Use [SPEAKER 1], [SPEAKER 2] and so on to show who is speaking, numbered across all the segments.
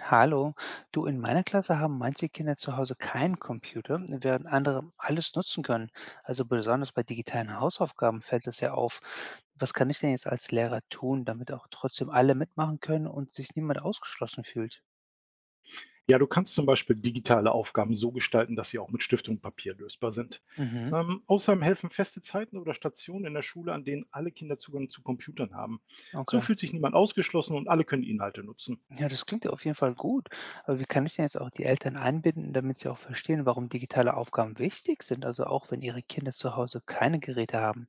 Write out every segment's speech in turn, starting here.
[SPEAKER 1] Hallo, du, in meiner Klasse haben manche Kinder zu Hause keinen Computer, während andere alles nutzen können. Also besonders bei digitalen Hausaufgaben fällt das ja auf. Was kann ich denn jetzt als Lehrer tun, damit auch trotzdem alle mitmachen können und sich niemand ausgeschlossen fühlt?
[SPEAKER 2] Ja, du kannst zum Beispiel digitale Aufgaben so gestalten, dass sie auch mit Stift und Papier lösbar sind.
[SPEAKER 1] Mhm,
[SPEAKER 2] Außerdem helfen feste Zeiten oder Stationen in der Schule, an denen alle Kinder Zugang zu Computern haben. So
[SPEAKER 1] okay.
[SPEAKER 2] fühlt sich niemand ausgeschlossen und alle können die Inhalte nutzen.
[SPEAKER 1] Ja, das klingt ja auf jeden Fall gut. Aber wie kann ich denn jetzt auch die Eltern einbinden, damit sie auch verstehen, warum digitale Aufgaben wichtig sind, also auch wenn ihre Kinder zu Hause keine Geräte haben?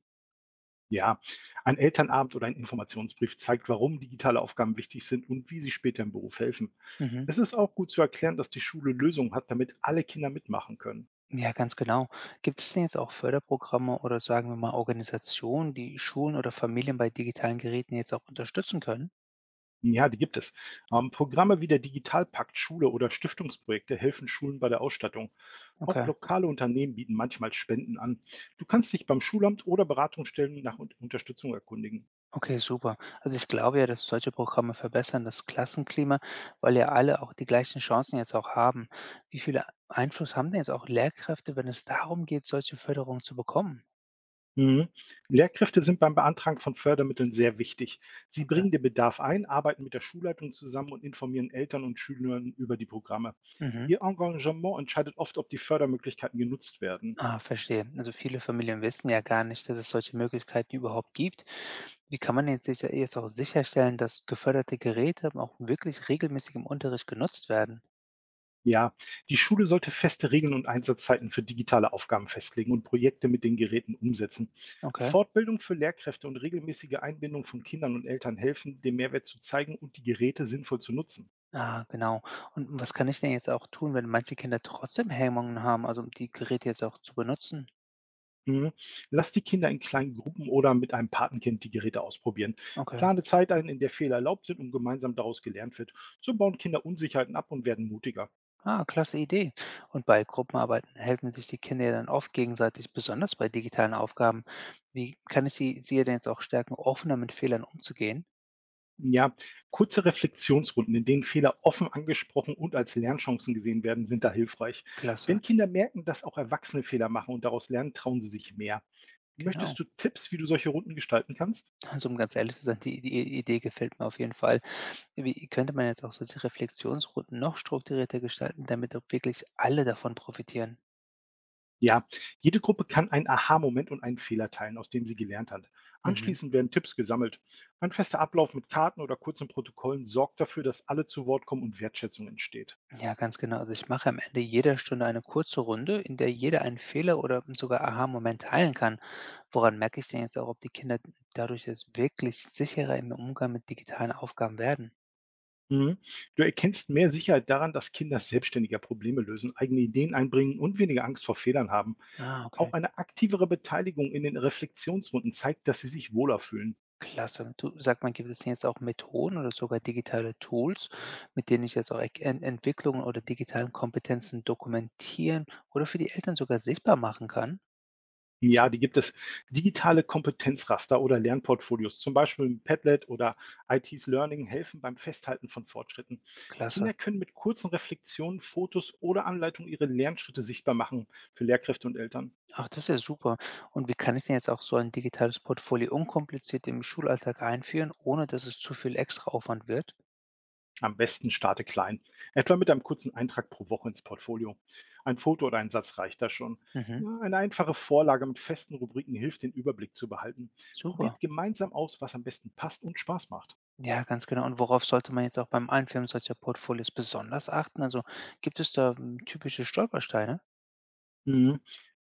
[SPEAKER 2] Ja, ein Elternabend oder ein Informationsbrief zeigt, warum digitale Aufgaben wichtig sind und wie sie später im Beruf helfen.
[SPEAKER 1] Mhm.
[SPEAKER 2] Es ist auch gut zu erklären, dass die Schule Lösungen hat, damit alle Kinder mitmachen können.
[SPEAKER 1] Ja, ganz genau. Gibt es denn jetzt auch Förderprogramme oder sagen wir mal Organisationen, die Schulen oder Familien bei digitalen Geräten jetzt auch unterstützen können?
[SPEAKER 2] Ja, die gibt es. Programme wie der Digitalpakt Schule oder Stiftungsprojekte helfen Schulen bei der Ausstattung. Auch
[SPEAKER 1] Okay,
[SPEAKER 2] lokale Unternehmen bieten manchmal Spenden an. Du kannst dich beim Schulamt oder Beratungsstellen nach Unterstützung erkundigen.
[SPEAKER 1] okay, super. Also ich glaube ja, dass solche Programme verbessern das Klassenklima, weil ja alle auch die gleichen Chancen jetzt auch haben. Wie viel Einfluss haben denn jetzt auch Lehrkräfte, wenn es darum geht, solche Förderungen zu bekommen?
[SPEAKER 2] Mhm. Lehrkräfte sind beim Beantragen von Fördermitteln sehr wichtig. Sie
[SPEAKER 1] Okay.
[SPEAKER 2] bringen den Bedarf ein, arbeiten mit der Schulleitung zusammen und informieren Eltern und Schülern über die Programme.
[SPEAKER 1] Mhm.
[SPEAKER 2] Ihr Engagement entscheidet oft, ob die Fördermöglichkeiten genutzt werden.
[SPEAKER 1] Ah, verstehe. Also viele Familien wissen ja gar nicht, dass es solche Möglichkeiten überhaupt gibt. Wie kann man jetzt, jetzt auch sicherstellen, dass geförderte Geräte auch wirklich regelmäßig im Unterricht genutzt werden?
[SPEAKER 2] Ja, die Schule sollte feste Regeln und Einsatzzeiten für digitale Aufgaben festlegen und Projekte mit den Geräten umsetzen.
[SPEAKER 1] Okay.
[SPEAKER 2] Fortbildung für Lehrkräfte und regelmäßige Einbindung von Kindern und Eltern helfen, den Mehrwert zu zeigen und die Geräte sinnvoll zu nutzen.
[SPEAKER 1] Ah, genau. Und was kann ich denn jetzt auch tun, wenn manche Kinder trotzdem Hemmungen haben, also um die Geräte jetzt auch zu benutzen?
[SPEAKER 2] Mhm. Lass die Kinder in kleinen Gruppen oder mit einem Patenkind die Geräte ausprobieren.
[SPEAKER 1] Okay.
[SPEAKER 2] Plane Zeit ein, in der Fehler erlaubt sind und gemeinsam daraus gelernt wird. So bauen Kinder Unsicherheiten ab und werden mutiger.
[SPEAKER 1] Ah, klasse Idee. Und bei Gruppenarbeiten helfen sich die Kinder ja dann oft gegenseitig, besonders bei digitalen Aufgaben. Wie kann ich sie denn jetzt auch stärken, offener mit Fehlern umzugehen?
[SPEAKER 2] Ja, kurze Reflexionsrunden, in denen Fehler offen angesprochen und als Lernchancen gesehen werden, sind da hilfreich.
[SPEAKER 1] Klasse.
[SPEAKER 2] Wenn Kinder merken, dass auch Erwachsene Fehler machen und daraus lernen, trauen sie sich mehr.
[SPEAKER 1] Genau.
[SPEAKER 2] Möchtest du Tipps, wie du solche Runden gestalten kannst?
[SPEAKER 1] Also, um ganz ehrlich zu sein, die Idee gefällt mir auf jeden Fall. Wie könnte man jetzt auch solche Reflexionsrunden noch strukturierter gestalten, damit auch wirklich alle davon profitieren?
[SPEAKER 2] Ja, jede Gruppe kann einen Aha-Moment und einen Fehler teilen, aus dem sie gelernt hat.
[SPEAKER 1] Mhm.
[SPEAKER 2] Anschließend werden Tipps gesammelt. Ein fester Ablauf mit Karten oder kurzen Protokollen sorgt dafür, dass alle zu Wort kommen und Wertschätzung entsteht.
[SPEAKER 1] Ja, ganz genau. Also ich mache am Ende jeder Stunde eine kurze Runde, in der jeder einen Fehler oder sogar Aha-Moment teilen kann. Woran merke ich denn jetzt auch, ob die Kinder dadurch jetzt wirklich sicherer im Umgang mit digitalen Aufgaben werden?
[SPEAKER 2] Mhm. Du erkennst mehr Sicherheit daran, dass Kinder selbstständiger Probleme lösen, eigene Ideen einbringen und weniger Angst vor Fehlern haben.
[SPEAKER 1] Ah, okay.
[SPEAKER 2] Auch eine aktivere Beteiligung in den Reflexionsrunden zeigt, dass sie sich wohler fühlen.
[SPEAKER 1] Klasse. Und du, sag mal, gibt es denn jetzt auch Methoden oder sogar digitale Tools, mit denen ich jetzt auch Entwicklungen oder digitalen Kompetenzen dokumentieren oder für die Eltern sogar sichtbar machen kann?
[SPEAKER 2] Ja, die gibt es. Digitale Kompetenzraster oder Lernportfolios, zum Beispiel mit Padlet oder IT's Learning, helfen beim Festhalten von Fortschritten.
[SPEAKER 1] Klasse.
[SPEAKER 2] Kinder können mit kurzen Reflexionen, Fotos oder Anleitungen ihre Lernschritte sichtbar machen für Lehrkräfte und Eltern.
[SPEAKER 1] Ach, das ist ja super. Und wie kann ich denn jetzt auch so ein digitales Portfolio unkompliziert im Schulalltag einführen, ohne dass es zu viel extra Aufwand wird?
[SPEAKER 2] Am besten starte klein, etwa mit einem kurzen Eintrag pro Woche ins Portfolio. Ein Foto oder ein Satz reicht da schon.
[SPEAKER 1] Mhm.
[SPEAKER 2] Na, eine einfache Vorlage mit festen Rubriken hilft, den Überblick zu behalten.
[SPEAKER 1] Super.
[SPEAKER 2] Probiert gemeinsam aus, was am besten passt und Spaß macht.
[SPEAKER 1] Ja, ganz genau. Und worauf sollte man jetzt auch beim Einführen solcher Portfolios besonders achten? Also gibt es da typische Stolpersteine?
[SPEAKER 2] Mhm.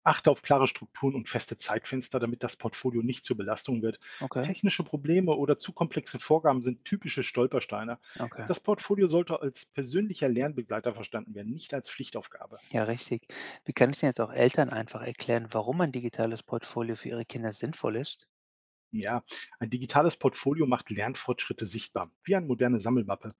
[SPEAKER 2] Achte auf klare Strukturen und feste Zeitfenster, damit das Portfolio nicht zur Belastung wird.
[SPEAKER 1] Okay,
[SPEAKER 2] Technische Probleme oder zu komplexe Vorgaben sind typische Stolpersteine.
[SPEAKER 1] okay.
[SPEAKER 2] Das Portfolio sollte als persönlicher Lernbegleiter verstanden werden, nicht als Pflichtaufgabe.
[SPEAKER 1] Ja, richtig. Wie kann ich denn jetzt auch Eltern einfach erklären, warum ein digitales Portfolio für ihre Kinder sinnvoll ist?
[SPEAKER 2] Ja, ein digitales Portfolio macht Lernfortschritte sichtbar, wie eine moderne Sammelmappe.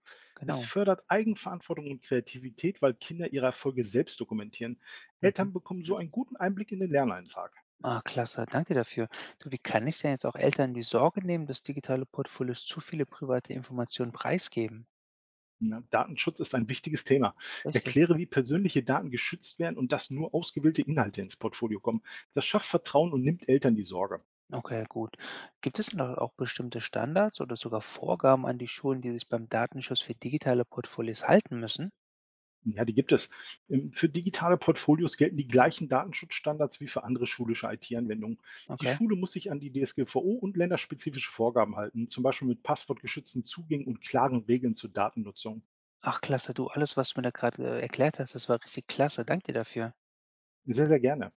[SPEAKER 2] Es
[SPEAKER 1] Genau.
[SPEAKER 2] fördert Eigenverantwortung und Kreativität, weil Kinder ihre Erfolge selbst dokumentieren.
[SPEAKER 1] Mhm.
[SPEAKER 2] Eltern bekommen so einen guten Einblick in den Lerneintrag.
[SPEAKER 1] Ah, klasse. Danke dir dafür. Du, wie kann ich denn jetzt auch Eltern die Sorge nehmen, dass digitale Portfolios zu viele private Informationen preisgeben?
[SPEAKER 2] Ja, Datenschutz ist ein wichtiges Thema.
[SPEAKER 1] Richtig.
[SPEAKER 2] Erkläre, wie persönliche Daten geschützt werden und dass nur ausgewählte Inhalte ins Portfolio kommen. Das schafft Vertrauen und nimmt Eltern die Sorge.
[SPEAKER 1] Okay, gut. Gibt es denn da auch bestimmte Standards oder sogar Vorgaben an die Schulen, die sich beim Datenschutz für digitale Portfolios halten müssen?
[SPEAKER 2] Ja, die gibt es. Für digitale Portfolios gelten die gleichen Datenschutzstandards wie für andere schulische IT-Anwendungen. Die
[SPEAKER 1] Okay.
[SPEAKER 2] Schule muss sich an die DSGVO und länderspezifische Vorgaben halten, zum Beispiel mit passwortgeschützten Zugängen und klaren Regeln zur Datennutzung.
[SPEAKER 1] Ach, klasse. Du, alles, was du mir da gerade erklärt hast, das war richtig klasse. Danke dir dafür.
[SPEAKER 2] Sehr, sehr gerne.